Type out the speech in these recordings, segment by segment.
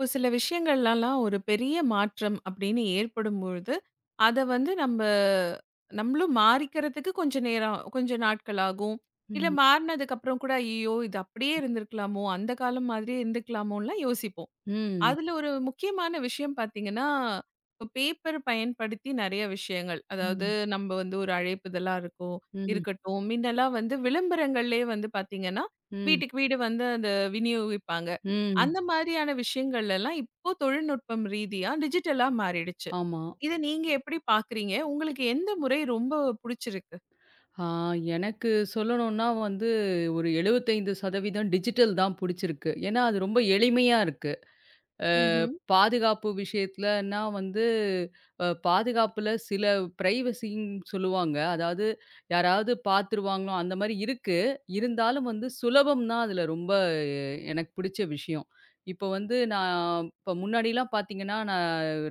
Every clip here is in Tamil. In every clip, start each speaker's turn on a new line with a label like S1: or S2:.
S1: ஒரு சில விஷயங்கள்லலாம் ஒரு பெரிய மாற்றம் அப்படின்னு ஏற்படும்பொழுது, அத வந்து நம்மளும் மாறிக்கிறதுக்கு கொஞ்ச நேரம் கொஞ்ச நாட்கள் ஆகும். இல்ல
S2: ம்.
S1: மாறுனதுக்கப்புறம் கூட, "ஐயயோ! இது அப்படியே இருந்திருக்கலாமோ! அந்த காலம் மாதிரியே இருந்துக்கலாமோன்லாம்" யோசிப்போம்.
S2: ம்.
S1: அதுல ஒரு முக்கியமான விஷயம் பார்த்தீங்கன்னா, இப்ப பேப்பர் பயன்படுத்தி நெறைய விஷயங்கள். அதாவது
S2: ம்.
S1: நம்ம வந்து ஒரு அழைப்பிதழா இருக்கும்
S2: ம்.
S1: இருக்கட்டும். முன்னலாம் வந்து விளம்பரங்கள்லயே வந்து பார்த்தீங்கன்னா,
S2: ம்.
S1: வீட்டுக்கு வீடு வந்து அந்த விநியோகிப்பாங்க.
S2: ம்.
S1: அந்த மாதிரியான விஷயங்கள்லாம் இப்போ தொழில்நுட்பம் ரீதியா டிஜிட்டலா மாறிடுச்சு.
S2: ஆமா.
S1: இத நீங்க எப்படி பார்க்குறீங்க? உங்களுக்கு எந்த முறை ரொம்ப புடிச்சிருக்கு?
S2: ஆ எனக்கு சொல்லணும்னா வந்து ஒரு 75% டிஜிட்டல் தான் புடிச்சிருக்கு. ஏன்னா, அது ரொம்ப எளிமையா இருக்கு. அ
S1: ம்ஹ்ம்.
S2: பாதுகாப்பு விஷயத்துலன்னா வந்து, பாதுகாப்புல சில பிரைவசின்னு சொல்லுவாங்க. அதாவது யாராவது பார்த்துருவாங்களோ, அந்த மாரி இருக்கு. இருந்தாலும் வந்து சுலபம் தான் அதுல ரொம்ப எனக்கு பிடிச்ச விஷயம். இப்போ வந்து நான் இப்போ முன்னாடிலாம் பார்த்தீங்கன்னா, நான்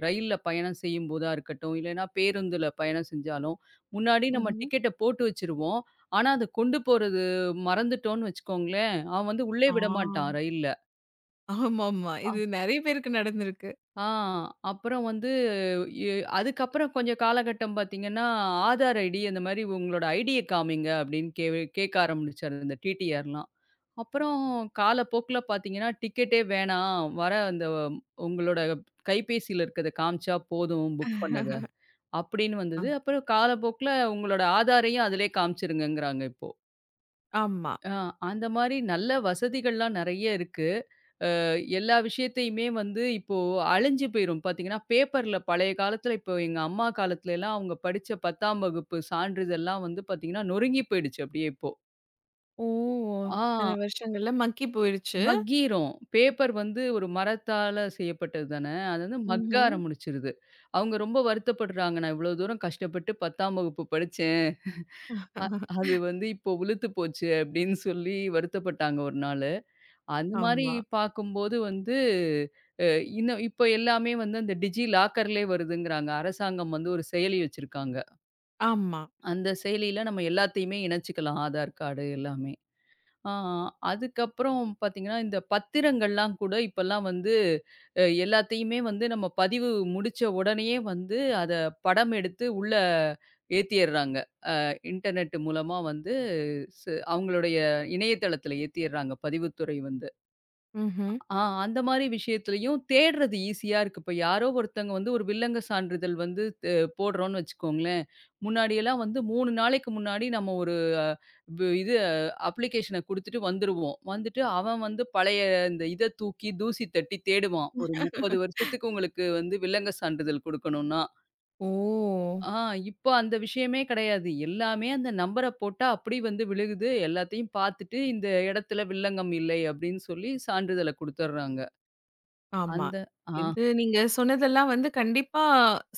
S2: ரயில்ல பயணம் செய்யும்போதா இருக்கட்டும், இல்லைன்னா பேருந்துல பயணம் செஞ்சாலும், முன்னாடி நம்ம
S1: ம்ஹ்ம்.
S2: டிக்கெட்ட போட்டு வச்சுருவோம். ஆனா, அத கொண்டு போறது மறந்துட்டோம்னு வச்சுக்கோங்களேன், அவன் வந்து உள்ளே விடமாட்டான்
S1: ஆ.
S2: ரயில்ல.
S1: ஆமாமா. இது நெறைய பேருக்கு நடந்திருக்கு.
S2: ஆ அப்புறம் வந்து எ அதுக்கப்புறம் கொஞ்சம் காலகட்டம் பார்த்தீங்கன்னா, ஆதார் ஐடி அந்த மாரி உங்களோட ஐடிய காமிங்க அப்படின்னு கேட்க ஆரம்பிச்சாரு இந்த டிடிஆர்லாம். அப்புறம் காலப்போக்குல பார்த்தீங்கன்னா, டிக்கெட்டே வேணாம். வர அந்த உங்களோட கைபேசியில இருக்கிறத காமிச்சா போதும் புக் பண்ணத. அப்படின்னு
S1: ஆ,
S2: வந்தது. அப்புறம் காலப்போக்குல உங்களோட ஆதாரையும் அதிலயே காமிச்சுருங்கங்கிறாங்க இப்போ.
S1: ஆமா.
S2: அ அந்த மாரி நல்ல வசதிகள்லாம் நெறைய இருக்கு. எல்லா விஷயத்தையுமே வந்து இப்போ அழிஞ்சு போயிரும். பார்த்தீங்கன்னா, பேப்பர்ல பழைய காலத்துல இப்போ எங்க அம்மா காலத்துலலாம் அவங்க படிச்ச 10ஆம் வகுப்பு சான்றிதழ்லாம் வந்து பார்த்தீங்கன்னா, நொறுங்கி போயிடுச்சு அப்படியே இப்போ.
S1: ஓ! இத்தன
S2: ஆ
S1: வருஷங்கள்ல மக்கி போயிருச்சு.
S2: மக்கிரும். பேப்பர் வந்து ஒரு மரத்தால செய்யப்பட்டது தானே. அது வந்து மக்க
S1: ம்ஹ்ம்.
S2: ஆரம்பிச்சிருது. அவங்க ரொம்ப வருத்தப்படுறாங்க. "நான் இவ்வளோ தூரம் கஷ்டப்பட்டு 10ஆம் வகுப்பு படிச்சேன். அ அது வந்து இப்போ உளுத்து போச்சு" அப்படின்னு சொல்லி வருத்தப்பட்டாங்க ஒரு நாளு. அந்த மாரி
S1: ஆமா,
S2: பார்க்கும்போது வந்து, அ இன்னும் இப்ப எல்லாமே வந்து அந்த டிஜி லாக்கர்லே வருதுங்கிறாங்க. அரசாங்கம் வந்து ஒரு செயலி வச்சிருக்காங்க.
S1: ஆமா.
S2: அந்த செயலியில நம்ம எல்லாத்தையுமே இணைச்சுக்கலாம். ஆதார் கார்டு எல்லாமே. ஆ அதுக்கப்புறம் பார்த்தீங்கன்னா, இந்த பத்திரங்கள்லாம் கூட இப்பல்லாம் வந்து எல்லாத்தையுமே வந்து நம்ம பதிவு முடிச்ச உடனேயே வந்து அத படம் எடுத்து உள்ள ஏத்திர்றாங்க. இன்டர்நெட் மூலமா வந்து அவங்களுடைய இணையதளத்துல ஏத்திர்றாங்க பதிவுத்துறை வந்து.
S1: ம்ஹ்ம்.
S2: ஆ அந்த மாரி விஷயத்துலயும் தேடுறது ஈஸியா இருக்கு. இப்ப யாரோ ஒருத்தங்க வந்து ஒரு வில்லங்க சான்றிதழ் வந்து போடுறோம்னு வச்சுக்கோங்களேன். முன்னாடியெல்லாம் வந்து 3 நாளைக்கு முன்னாடி நம்ம ஒரு அ வு இது அப்ளிகேஷன குடுத்துட்டு வந்துருவோம். வந்துட்டு அவன் வந்து பழைய இந்த இத தூக்கி தூசி தட்டி தேடுவான். ஒரு 30 வருஷத்துக்கு உங்களுக்கு வந்து வில்லங்க சான்றிதழ் குடுக்கணும்னா.
S1: ஓ!
S2: ஆ இப்ப அந்த விஷயமே கிடையாது. எல்லாமே அந்த நம்பர போட்டா அப்படி வந்து விழுகுது. எல்லாத்தையும் பார்த்துட்டு இந்த இடத்துல வில்லங்கம் இல்லை அப்படின்னு சொல்லி சான்றிதழ குடுத்துர்றாங்க.
S1: ஆமா.
S2: அந்த ஆ.
S1: இது நீங்க சொன்னதெல்லாம் வந்து கண்டிப்பா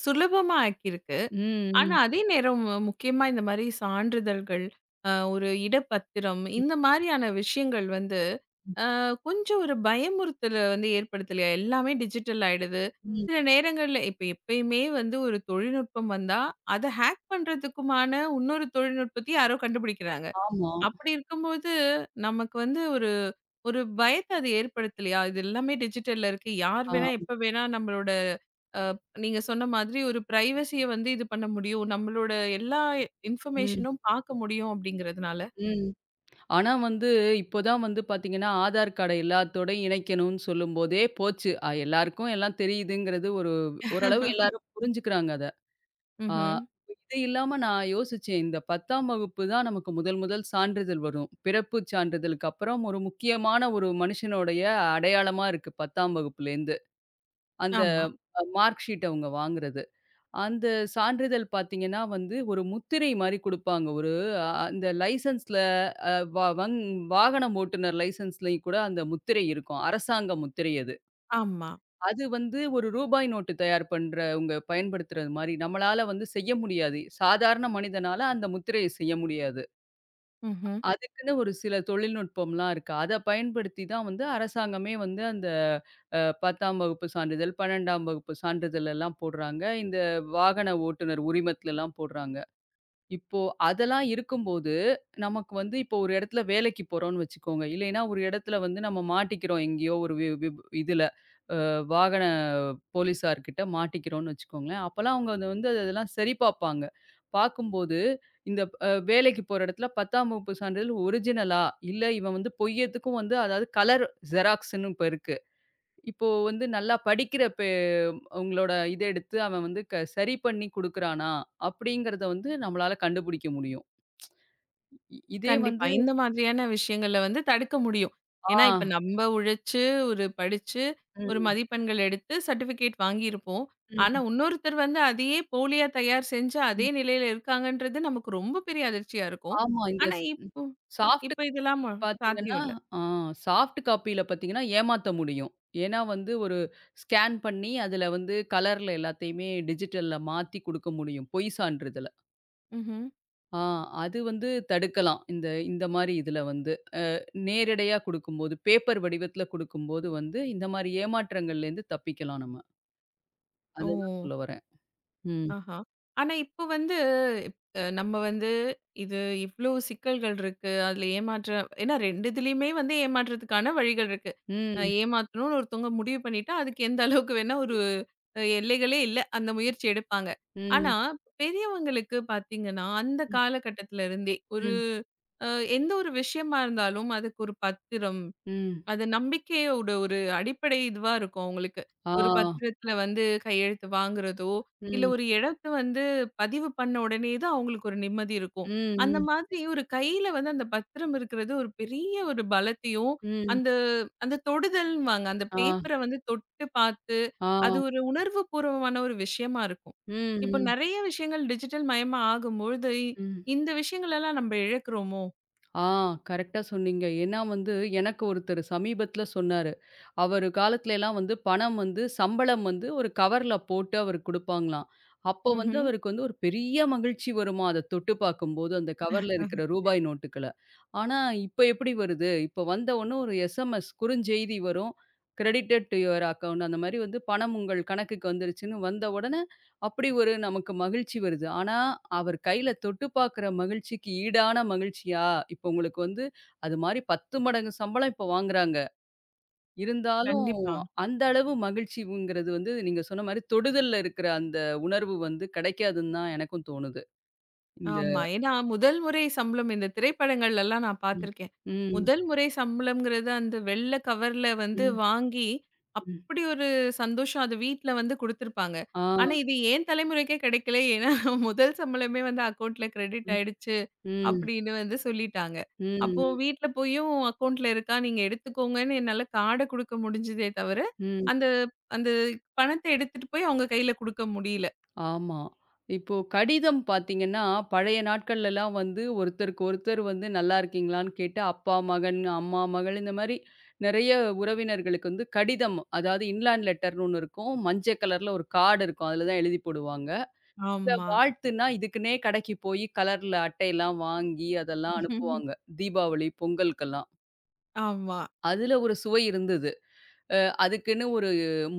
S1: சுலபமா ஆக்கியிருக்கு.
S2: ம்,
S1: ஆனா
S2: ம்,
S1: அதே நேரம் முக்கியமா இந்த மாரி சான்றிதழ்கள், ஒரு இடப்பத்திரம் இந்த மாரியான விஷயங்கள் வந்து ஆ கொஞ்சம் ஒரு பயமுறுத்தல வந்து ஏற்படுத்தலையா? எல்லாமே டிஜிட்டல் ஆயிடுது.
S2: ம்.
S1: சில நேரங்கள்ல இப்ப எப்பயுமே வந்து ஒரு தொழில்நுட்பம் வந்தா, அத ஹேக் பண்றதுக்குமான இன்னொரு தொழில்நுட்பத்தையும் யாரோ கண்டுபிடிக்கிறாங்க.
S2: ஆமா.
S1: அப்படி இருக்கும்போது, நமக்கு வந்து ஒரு ஒரு பயத்த அது ஏற்படுத்தலையா? இது எல்லாமே டிஜிட்டல்ல இருக்கு. யார்
S2: ஆ.
S1: வேணா, எப்ப வேணா நம்மளோட நீங்க சொன்ன மாதிரி ஒரு பிரைவசிய வந்து இது பண்ண முடியும். நம்மளோட எல்லா
S2: ம்,
S1: இன்ஃபர்மேஷனும் பார்க்க முடியும் அப்படிங்கிறதுனால.
S2: ம். ஆனா வந்து, இப்போ தான் வந்து பார்த்தீங்கன்னா, ஆதார் கார்ட எல்லாத்தோடயும் இணைக்கணும்னு சொல்லும்போதே போச்சு. எல்லாருக்கும் எல்லாம் தெரியுதுங்கிறது ஒரு ஓரளவு எல்லாரும் புரிஞ்சுக்கிறாங்க அத. ஆ
S1: ம்ஹ்ம்.
S2: இது இல்லாம நான் யோசிச்சேன். இந்த 10ஆம் வகுப்பு தான் நமக்கு முதல் முதல் சான்றிதழ் வரும். பிறப்பு சான்றிதழுக்கு அப்புறம் ஒரு முக்கியமான ஒரு மனுஷனுடைய அடையாளமா இருக்கு 10ஆம் வகுப்புலேருந்து. அந்த
S1: ஆமா,
S2: மார்க் ஷீட் அவங்க வாங்குறது. அந்த சான்றிதழ் பார்த்தீங்கன்னா வந்து, ஒரு முத்திரை மாரி குடுப்பாங்க. ஒரு அந்த லைசென்ஸ்ல அ வ வங் வாகனம் ஓட்டுனர் லைசென்ஸ்லயும் கூட அந்த முத்திரை இருக்கும். அரசாங்க முத்திரை அது.
S1: ஆமா.
S2: அது வந்து ஒரு ரூபாய் நோட்டு தயார் பண்றவங்க பயன்படுத்துறது மாரி. நம்மளால வந்து செய்ய முடியாது. சாதாரண மனிதனால அந்த முத்திரைய செய்ய முடியாது.
S1: ம்ஹ்ம்.
S2: அதுக்குன்னு ஒரு சில தொழில்நுட்பம்லாம் இருக்கு. அத பயன்படுத்தி தான் வந்து அரசாங்கமே வந்து அந்த 10ஆம் வகுப்பு சான்றிதழ், 12ஆம் வகுப்பு சான்றிதழ் எல்லாம் போடுறாங்க. இந்த வாகன ஓட்டுநர் உரிமத்துலலாம் போடுறாங்க. இப்போ அதெல்லாம் இருக்கும்போது, நமக்கு வந்து இப்போ ஒரு இடத்துல வேலைக்கு போறோம்னு வச்சுக்கோங்க. இல்லைன்னா ஒரு இடத்துல வந்து நம்ம மாட்டிக்கிறோம் எங்கேயோ ஒரு வி விப இதுல. வாகன போலீஸார்கிட்ட மாட்டிக்கிறோம்னு வச்சுக்கோங்களேன். அப்பலாம் அவங்க அத வந்து அதெல்லாம் சரி பார்ப்பாங்க. பார்க்கும்போது இந்த வேலைக்கு போற இடத்துல 10ஆம் வகுப்பு சான்றிதழ் ஒரிஜினலா, இல்ல இவன் வந்து பொய் எதுக்கும் வந்து அதாவது கலர் ஜெராக்ஸ்ன்னு இப்ப இருக்கு. இப்போ வந்து நல்லா படிக்கிற உங்களோட இத எடுத்து அவன் வந்து சரி பண்ணி குடுக்குறானா? அப்படிங்கிறத வந்து நம்மளால கண்டுபிடிக்க முடியும். இதே
S1: கண்டிப்பா.
S2: வந்து
S1: இந்த மாதிரியான விஷயங்கள வந்து தடுக்க முடியும்.
S2: ஆ.
S1: ஏன்னா, இப்ப நம்ப உழைச்சு, ஒரு படிச்சு, ஒரு
S2: ம்.
S1: மதிப்பெண்கள் எடுத்து சர்டிஃபிகேட் வாங்கியிருப்போம். ஆனா,
S2: ம்.
S1: இன்னொருத்தர் வந்து அதையே போலியா தயார் செஞ்சு, அதே
S2: ம்.
S1: நிலையில இருக்காங்கன்றது நமக்கு ரொம்ப பெரிய அதிர்ச்சியா இருக்கும்.
S2: ஆமா. இந்த
S1: ஆனா,
S2: ம்.
S1: இப்போ
S2: சாஃப்ட்
S1: இப்ப இதெல்லாம்
S2: காப்பி
S1: சாத்தியம்
S2: பார்த்தீங்கன்னா,
S1: இல்ல.
S2: ஆ சாஃப்ட் காப்பில பார்த்தீங்கன்னா ஏமாத்த முடியும். ஏன்னா வந்து ஒரு ஸ்கேன் பண்ணி அதில வந்து கலர்ல எல்லாத்தையுமே டிஜிட்டல்ல மாத்தி குடுக்க முடியும். பொய் சான்றிதழ.
S1: ம்ஹ்ம்.
S2: ஆ அது வந்து தடுக்கலாம். இந்த இந்த மாரி இதில வந்து. நேரடையா குடுக்கும்போது, பேப்பர் வடிவத்தில குடுக்கும்போது வந்து இந்த மாரி ஏமாற்றங்கள்லேருந்து தப்பிக்கலாம் நம்ம.
S1: ஓ!
S2: அதுதான் சொல்ல வரேன். ம்.
S1: ஆஹா. ஆனா இப்போ வந்து நம்ம வந்து இது இவ்ளோ சிக்கல்கள் இருக்கு. அதுல ஏமாற்ற ஏன்னா 2 இதுலயுமே வந்து ஏமாற்றத்துக்கான வழிகள் இருக்கு.
S2: ம்.
S1: ஏமாத்தணும்னு ஒருத்தவங்க முடிவு பண்ணிட்டா, அதுக்கு எந்த அளவுக்கு வேணா ஒரு எல்லைகளே இல்ல. அந்த முயற்சி எடுப்பாங்க. ஆனா
S2: ம்.
S1: பெரியவங்களுக்கு பார்த்தீங்கன்னா, அந்த
S2: ம்.
S1: காலகட்டத்துல இருந்தே ஒரு
S2: ம்.
S1: அ எந்த ஒரு விஷயமா இருந்தாலும், அதுக்கு ஒரு பத்திரம்
S2: ம்.
S1: அது நம்பிக்கையோட ஒரு அடிப்படை இதுவா இருக்கும் அவங்களுக்கு.
S2: ஆ.
S1: ஒரு பத்திரத்துல வந்து கையெழுத்து வாங்குறதோ, இல்ல
S2: ம்.
S1: ஒரு இடத்த வந்து பதிவு பண்ண உடனே தான் அவங்களுக்கு ஒரு நிம்மதி இருக்கும்.
S2: ம்.
S1: அந்த
S2: ம்.
S1: மாதிரி ஒரு கையில வந்து அந்த பத்திரம் இருக்கிறது ஒரு பெரிய ஒரு பலத்தையும்,
S2: ம்.
S1: அந்த அந்த தொடுதல்ன்னுவாங்க. அந்த
S2: ஆ.
S1: பேப்பர வந்து தொட்டு பார்த்து,
S2: ஆ.
S1: அது ஒரு உணர்வு பூர்வமான ஒரு விஷயமா இருக்கும்.
S2: ம்,
S1: இப்போ
S2: ம்,
S1: நெறைய விஷயங்கள் டிஜிட்டல் மயமா ஆகும்பொழுது,
S2: ம்.
S1: இந்த விஷயங்களெல்லாம் நம்ம இழக்கிறோமோ?
S2: ஆ கரெக்ட்டா சொன்னீங்க. ஏன்னா வந்து எனக்கு ஒருத்தர் சமீபத்தில சொன்னாரு. அவரு காலத்துலலாம் வந்து பணம் வந்து சம்பளம் வந்து ஒரு கவர்ல போட்டு அவருக்கு குடுப்பாங்களாம். அப்போ வந்து
S1: ம்ஹ்ம்.
S2: அவருக்கு வந்து ஒரு பெரிய மகிழ்ச்சி வருமாம். அத தொட்டு பார்க்கும்போது அந்த கவர்ல இருக்கிற ரூபாய் நோட்டுக்கள. ஆனா இப்ப எப்படி வருது? இப்ப வந்தவுனே ஒரு எஸ்எம்எஸ் குறுஞ்செய்தி வரும். கிரெடிட்டட் டூ யுவர் அக்கவுண்ட் அந்த மாரி வந்து பணம் உங்கள் கணக்குக்கு வந்துருச்சுன்னு வந்த உடனே அப்படி ஒரு நமக்கு மகிழ்ச்சி வருது. ஆனா, அவர் கையில தொட்டு பார்க்குற மகிழ்ச்சிக்கு ஈடான மகிழ்ச்சியா, இப்போ உங்களுக்கு வந்து அது மாரி 10 மடங்கு சம்பளம் இப்போ வாங்குறாங்க. இருந்தாலும்
S1: கண்டிப்பா.
S2: அந்த அளவு மகிழ்ச்சிங்கிறது வந்து நீங்க சொன்ன மாரி தொடுதல்ல இருக்கிற அந்த உணர்வு வந்து கிடைக்காதுன்னு தான் எனக்கும் தோணுது. இந்த
S1: ஆமா. ஏன்னா, முதல் முறை சம்பளம் இந்த திரைப்படங்கள்லலாம் நான்
S2: ம்,
S1: பார்த்துருக்கேன்.
S2: ம்,
S1: முதல் முறை சம்பளம்ங்கிறது அந்த வெள்ள கவர்ல வந்து
S2: ம்,
S1: வாங்கி,
S2: ம்.
S1: அப்படி ஒரு சந்தோஷம் அது வீட்ல வந்து குடுத்துருப்பாங்க.
S2: ஆ.
S1: ஆனா, இது என் தலைமுறைக்கே கிடைக்கல. ஏன்னா, முதல் சம்பளமே வந்து அக்கவுண்ட்ல கிரெடிட்
S2: ம்,
S1: ஆயிடுச்சு
S2: ம்,
S1: அப்படின்னு வந்து சொல்லிட்டாங்க. அப்போ
S2: ம்,
S1: வீட்ல போயும் அக்கவுண்ட்ல இருக்கா, நீங்க எடுத்துக்கோங்கன்னு என்னால கார்ட குடுக்க முடிஞ்சதே தவிர,
S2: ம்.
S1: அந்த அந்த பணத்த எடுத்துட்டு போய் அவங்க கையில குடுக்க முடியல.
S2: ஆமா. இப்போ கடிதம் பார்த்தீங்கன்னா, பழைய நாட்கள்லலாம் வந்து ஒருத்தருக்கு ஒருத்தர் வந்து நல்லா இருக்கீங்களான்னு கேட்டு, அப்பா மகன், அம்மா மகள் இந்த மாரி நெறைய உறவினர்களுக்கு வந்து கடிதம், அதாவது இன்லேண்ட் லெட்டர்ன்னு ஒண்ணு இருக்கும். மஞ்ச கலர்ல ஒரு கார்டு இருக்கும். அதில தான் எழுதி போடுவாங்க. இல்ல
S1: ஆமா.
S2: வாழ்த்துன்னா இதுக்குன்னே கடைக்கு போய் கலர்ல அட்டையெல்லாம் வாங்கி அதெல்லாம் அனுப்புவாங்க. தீபாவளி, பொங்கலுக்கெல்லாம்.
S1: ஆமா.
S2: அதில ஒரு சுவை இருந்தது. அ அதுக்குன்னு ஒரு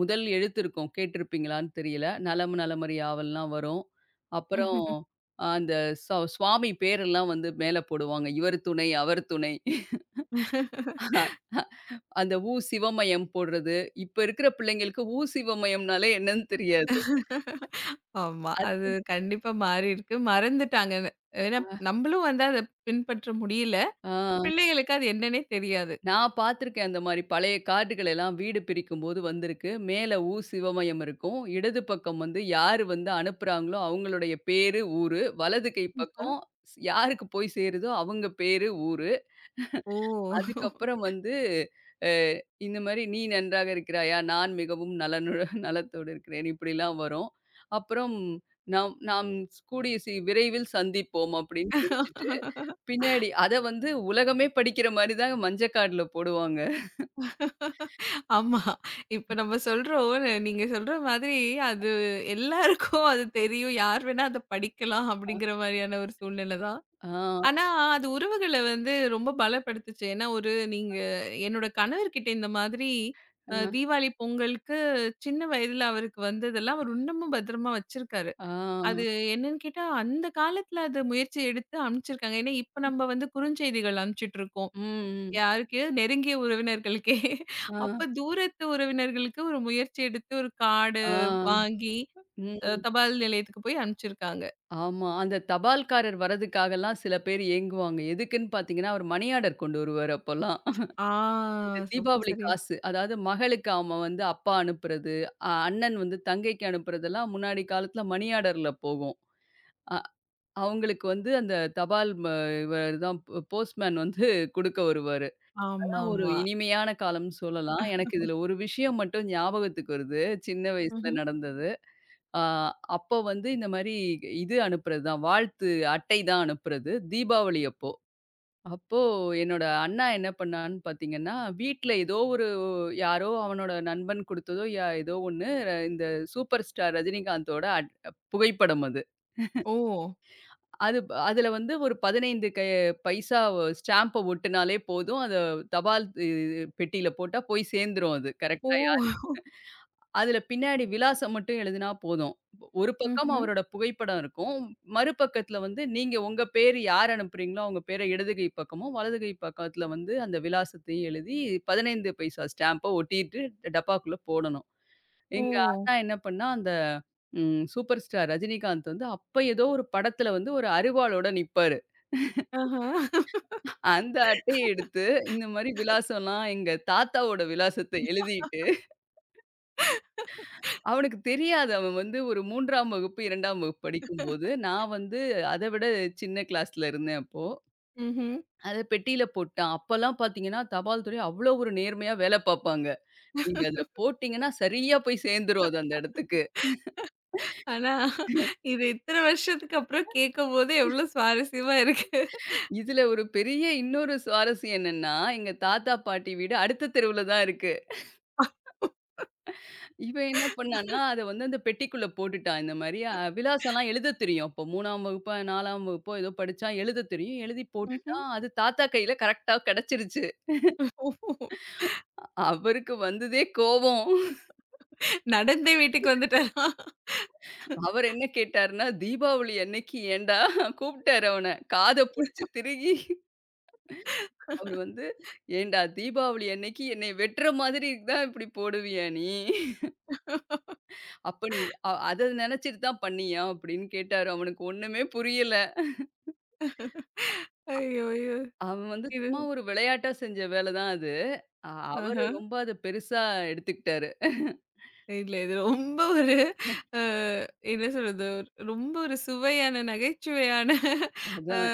S2: முதல் எழுத்து இருக்கும். கேட்டிருப்பீங்களான்னு தெரியல. நலம் நலமறி யாவல்லாம் வரும். அப்புறம் அந்த ச சுவாமி பேரெல்லாம் வந்து மேல போடுவாங்க. இவர் துணை, அவர் துணை. அந்த உ சிவமயம் போடுறது. இப்ப இருக்கிற பிள்ளைங்களுக்கு உ சிவமயம்னாலே என்னன்னு தெரியாது.
S1: ஆமா. அது
S2: அது
S1: கண்டிப்பா மாறியிருக்கு. மறந்துட்டாங்கன்னு. ஏன்னா நம்மளும் வந்து அத பின்பற்ற முடியல.
S2: ஆ.
S1: பிள்ளைகளுக்கு அது என்னன்னே தெரியாது.
S2: நான் பார்த்துருக்கேன் அந்த மாரி பழைய கார்டுகள் எல்லாம் வீடு பிரிக்கும்போது வந்திருக்கு. மேல உ. சிவமயம் இருக்கும். இடது பக்கம் வந்து யாரு வந்து அனுப்புறாங்களோ அவங்களுடைய பேரு, ஊரு. வலது கை
S1: அ
S2: பக்கம் யாருக்கு போய் சேருதோ அவங்க பேரு, ஊரு.
S1: ஓ!
S2: அதுக்கப்புறம் வந்து அ இந்த மாரி "நீ நன்றாக இருக்கிறாயா? நான் மிகவும் நலனுட நலத்தோடு இருக்கிறேன்." இப்படிலாம் வரும். அப்புறம் நாம் நாம் கூடிய விரைவில் சந்திப்போம் அப்படின்னு முடிச்சுட்டு, பின்னாடி அத வந்து உலகமே படிக்கிற மாரி தான் மஞ்ச கார்டுல போடுவாங்க.
S1: ஆமா. இப்ப நம்ம சொல்றோம். நீங்க சொல்ற மாதிரி அது எல்லாருக்கும் அது தெரியும். யார் வேணா அத படிக்கலாம் அப்படிங்கிற மாரியான ஒரு சூழ்நிலை தான்.
S2: ஆ,
S1: ஆனா, அது உறவுகள வந்து ரொம்ப பலப்படுத்துச்சு. ஏன்னா, ஒரு நீங்க என்னோட கணவர்கிட்ட இந்த மாதிரி
S2: அ,
S1: தீபாவளி, பொங்கலுக்கு சின்ன வயதுல அவருக்கு வந்ததெல்லாம் அவர் இன்னமும் பத்திரமா வச்சிருக்காரு.
S2: ஆ,
S1: அது என்னன்னு கேட்டா, அந்த காலத்துல அது முயற்சி எடுத்து அனுப்பிச்சிருக்காங்க. ஏன்னா, இப்ப நம்ம வந்து குறுஞ்செய்திகள் அனுப்பிச்சுட்ருக்கோம்.
S2: ம், ம்.
S1: யாருக்கு? நெருங்கிய உறவினர்களுக்கே.
S2: ஆ,
S1: அப்ப தூரத்து உறவினர்களுக்கு ஒரு முயற்சி எடுத்து ஒரு கார்டு
S2: ஆ,
S1: வாங்கி,
S2: ம்.
S1: தபால் நிலையத்துக்கு போய் அனுப்பிச்சிருக்காங்க.
S2: ஆமா. அந்த தபால்காரர் வரதுக்காகலாம் சில பேர் ஏங்குவாங்க. எதுக்குன்னு பார்த்தீங்கன்னா, அவர் மணி ஆர்டர் கொண்டு வருவாரு அப்போலாம்.
S1: ஆ
S2: இந்த
S1: ரொம்ப
S2: தீபாவளி
S1: சரியா
S2: காசு. அதாவது மகளுக்கு அவன் வந்து அப்பா அனுப்புறது, அண்ணன் வந்து தங்கைக்கு அனுப்புறதெல்லாம் முன்னாடி காலத்தில மணி ஆர்டர்ல போகும். அ அவங்களுக்கு வந்து அந்த தபால் இவர் தான் போஸ்ட்மேன் வந்து குடுக்க வருவாரு. அதான் ஒரு
S1: ஆமாமா.
S2: இனிமையான காலம்னு சொல்லலாம். எனக்கு இதில ஒரு விஷயம் மட்டும் ஞாபகத்துக்கு வருது. சின்ன வயசுல
S1: ம்ஹ்ம்.
S2: நடந்தது. ஆ, அப்போ வந்து இந்த மாரி இது அனுப்புறது தான். வாழ்த்து அட்டை தான் அனுப்புறது. தீபாவளி அப்போ. அப்போ என்னோட அண்ணா என்ன பண்ணான்னு பார்த்தீங்கன்னா, வீட்ல ஏதோ ஒரு யாரோ அவனோட நண்பன் குடுத்ததோ ஏதோ ஒண்ணு இந்த சூப்பர் ஸ்டார் ரஜினிகாந்தோட புகைப்படம் அது.
S1: ஓ!
S2: அது அதில வந்து ஒரு 15 பைசா ஸ்டாம்ப ஒட்டுனாலே போதும். அத தபால் பெட்டியில போட்டா போய் சேர்ந்துரும் அது.
S1: ஓ!
S2: கரெக்ட்டா அதுல பின்னாடி விலாசம் மட்டும் எழுதினா போதும். ஒரு பக்கம்
S1: ம்ஹ்ம்.
S2: அவரோட புகைப்படம் இருக்கும். மறுபக்கத்துல வந்து நீங்க உங்க பேரு யார் அனுப்புறீங்களோ, அவங்க பேர இடது கை பக்கமும், வலது கை பக்கத்துல வந்து அந்த விலாசத்தையும் எழுதி 15 பைசா ஸ்டாம்ப ஒட்டிட்டு டப்பாக்குள்ள போடணும். எங்க
S1: ஓ!
S2: அண்ணா என்ன பண்ணா, அந்த ம் சூப்பர் ஸ்டார் ரஜினிகாந்த் வந்து அப்ப ஏதோ ஒரு படத்துல வந்து ஒரு அரிவாளோட நிப்பாரு.
S1: ஆஹா.
S2: அந்த அட்டைய எடுத்து இந்த மாரி விலாசம்லாம் எங்க தாத்தாவோட விலாசத்த எழுதிட்டு அவனுக்கு தெரியாது. அவன் வந்து ஒரு 3ஆம் வகுப்பு, 2ஆம் வகுப்பு படிக்கும்போது, நான் வந்து அத விட சின்ன கிளாஸ்ல இருந்தேன் அப்போ.
S1: ம்ஹ்ம்.
S2: அத பெட்டியில போட்டான். அப்பலாம் பார்த்தீங்கன்னா, தபால் துறை அவ்ளோ ஒரு நேர்மையா வேல பார்ப்பாங்க. நீங்க அதுல போட்டீங்கன்னா, சரியா போய் சேர்ந்துரும் அது அந்த இடத்துக்கு.
S1: ஆனா, இது இத்தன வருஷத்துக்கு அப்புறம் கேட்கும்போது எவ்ளோ சுவாரஸ்யமா இருக்கு.
S2: இதுல ஒரு பெரிய இன்னொரு சுவாரஸ்யம் என்னன்னா, எங்க தாத்தா, பாட்டி வீடு அடுத்த தெருவுல தான் இருக்கு. இவன் என்ன பண்ணான்னா, அத வந்து அந்த பெட்டிக்குள்ள போட்டுட்டான். இந்த மாரி விலாசம்லாம் எழுதத் தெரியும். அப்போ 3ஆம் வகுப்போ, 4ஆம் வகுப்போ ஏதோ படிச்சான். எழுதத் தெரியும். எழுதி
S1: ம்ஹ்ம்.
S2: போட்டுட்டான். அது தாத்தா கையில கரெக்ட்டா கெடைச்சிருச்சு.
S1: ஓ!
S2: அவருக்கு வந்ததே கோவம்.
S1: நடந்தே வீட்டுக்கு வந்துட்டாரா?
S2: அவர் என்ன கேட்டாருன்னா, தீபாவளி அன்னைக்கு ஏன்டா கூப்ட்டாரு அவன. காத புடிச்சு திருகி அவரு வந்து, "ஏன்டா தீபாவளி அன்னைக்கு என்னைய வெட்டுற மாதிரி தான் இப்படி போடுவியா நீ? அப்ப நீ அத நெனச்சுட்டு தான் பண்ணியா?" அப்படின்னு கேட்டாரு. அவனுக்கு ஒண்ணுமே புரியல.
S1: ஐயோ! ஐயோ!
S2: அவன் வந்து
S1: இது
S2: சும்மா ஒரு விளையாட்டா செஞ்ச வேலை தான் அது. அ அவரு
S1: ஆஹ.
S2: ரொம்ப அத பெருசா எடுத்துக்கிட்டாரு.
S1: இல்ல. இது ரொம்ப ஒரு அ என்ன சொல்றது? ரொம்ப ஒரு சுவையான, நகைச்சுவையான அ
S2: அதான்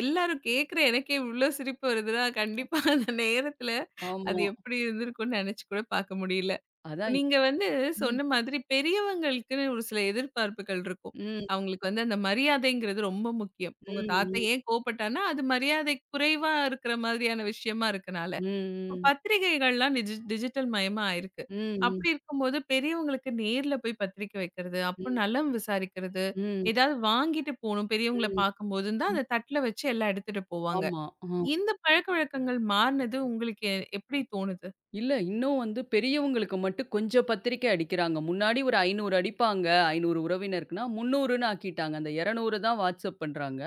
S1: எல்லாரும் கேட்குற எனக்கே இவ்ளோ சிரிப்பு வருதுன்னா, கண்டிப்பா அந்த நேரத்துல
S2: ஆமா.
S1: அது எப்படி இருந்திருக்கும்னு நெனச்சு கூட பாக்க முடியல. இப்ப
S2: அதான்
S1: நீங்க வந்து
S2: ம்,
S1: சொன்ன மாதிரி பெரியவங்களுக்குன்னு ஒரு சில எதிர்பார்ப்புகள் இருக்கும்.
S2: ம்,
S1: அவங்களுக்கு வந்து அந்த மரியாதைங்கிறது ரொம்ப முக்கியம். உங்க தாத்தா
S2: ம்,
S1: ஏன் கோவப்பட்டார்ன்னா, அது மரியாதை குறைவா இருக்கிற மாதிரியான விஷயமா இருக்கனால.
S2: ம்,
S1: இப்ப
S2: ம்,
S1: பத்திரிகைகள்லாம் டிஜிட்டல் மயமா ஆயிருக்கு.
S2: ம்,
S1: அப்படி இருக்கும்போது பெரியவங்களுக்கு நேர்ல போய் பத்திரிக்கை வைக்கிறது, அப்ப
S2: ம்,
S1: நலம் விசாரிக்கிறது,
S2: ம்,
S1: ஏதாவது வாங்கிட்டு போணும் பெரியவங்கள
S2: ம்,
S1: பார்க்கும்போதுன்னு தான்
S2: ம்.
S1: அத தட்ல வச்சு எல்லாம் எடுத்துட்டு போவாங்க.
S2: ஆமா. ஆ.
S1: இந்த பழக்கவழக்கங்கள் மாறுனது உங்களுக்கு எப்படி தோணுது?
S2: இல்ல இன்னும் வந்து பெரியவங்களுக்கு மட்டும் கொஞ்சம் பத்திரிக்கை அடிக்கிறாங்க. முன்னாடி ஒரு 500 அடிப்பாங்க. 500 உறவினருக்குன்னா 300ன்னு ஆக்கிட்டாங்க. அந்த 200 தான் வாட்ஸ்அப் பண்றாங்க.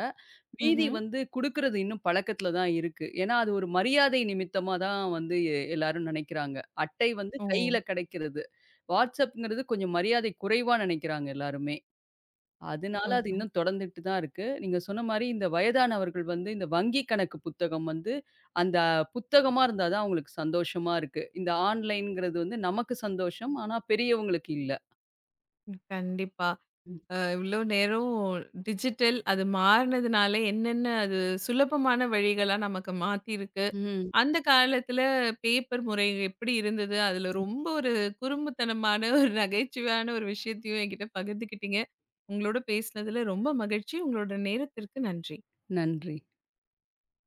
S2: மீதி
S1: ம்ஹ்ம்.
S2: வந்து குடுக்குறது இன்னும் பழக்கத்துல தான் இருக்கு. ஏன்னா, அது ஒரு மரியாதை நிமித்தமா தான் வந்து எல்லாரும் நெனைக்கிறாங்க. அட்டை வந்து
S1: ஓ!
S2: கையில கிடைக்கிறது. வாட்ஸ்அப்ங்கிறது கொஞ்சம் மரியாதை குறைவா நெனைக்கிறாங்க எல்லாருமே. அதனால
S1: ஓ!
S2: அது இன்னும் தொடர்ந்துட்டு தான் இருக்கு. நீங்க சொன்ன மாரி இந்த வயதானவர்கள் வந்து இந்த வங்கி கணக்கு புத்தகம் வந்து, அந்த புத்தகமா இருந்தா தான் அவங்களுக்கு சந்தோஷமா இருக்கு. இந்த ஆன்லைன்ங்கிறது வந்து நமக்கு சந்தோஷம். ஆனா பெரியவங்களுக்கு இல்ல.
S1: கண்டிப்பா. இவ்ளோ நேரம் டிஜிட்டல் அது மாறுனதுனால என்னென்ன அது சுலபமான வழிகளா நமக்கு மாத்திருக்கு
S2: ம்.
S1: அந்த காலத்துல பேப்பர் முறை எப்படி இருந்தது? அதுல ரொம்ப ஒரு குறும்புத்தனமான ஒரு நகைச்சுவையான ஒரு விஷயத்தையும் என்கிட்ட பகிர்ந்துக்கிட்டீங்க. உங்களோட பேசினதுல ரொம்ப மகிழ்ச்சி. உங்களோட நேரத்திற்கு நன்றி.
S2: நன்றி.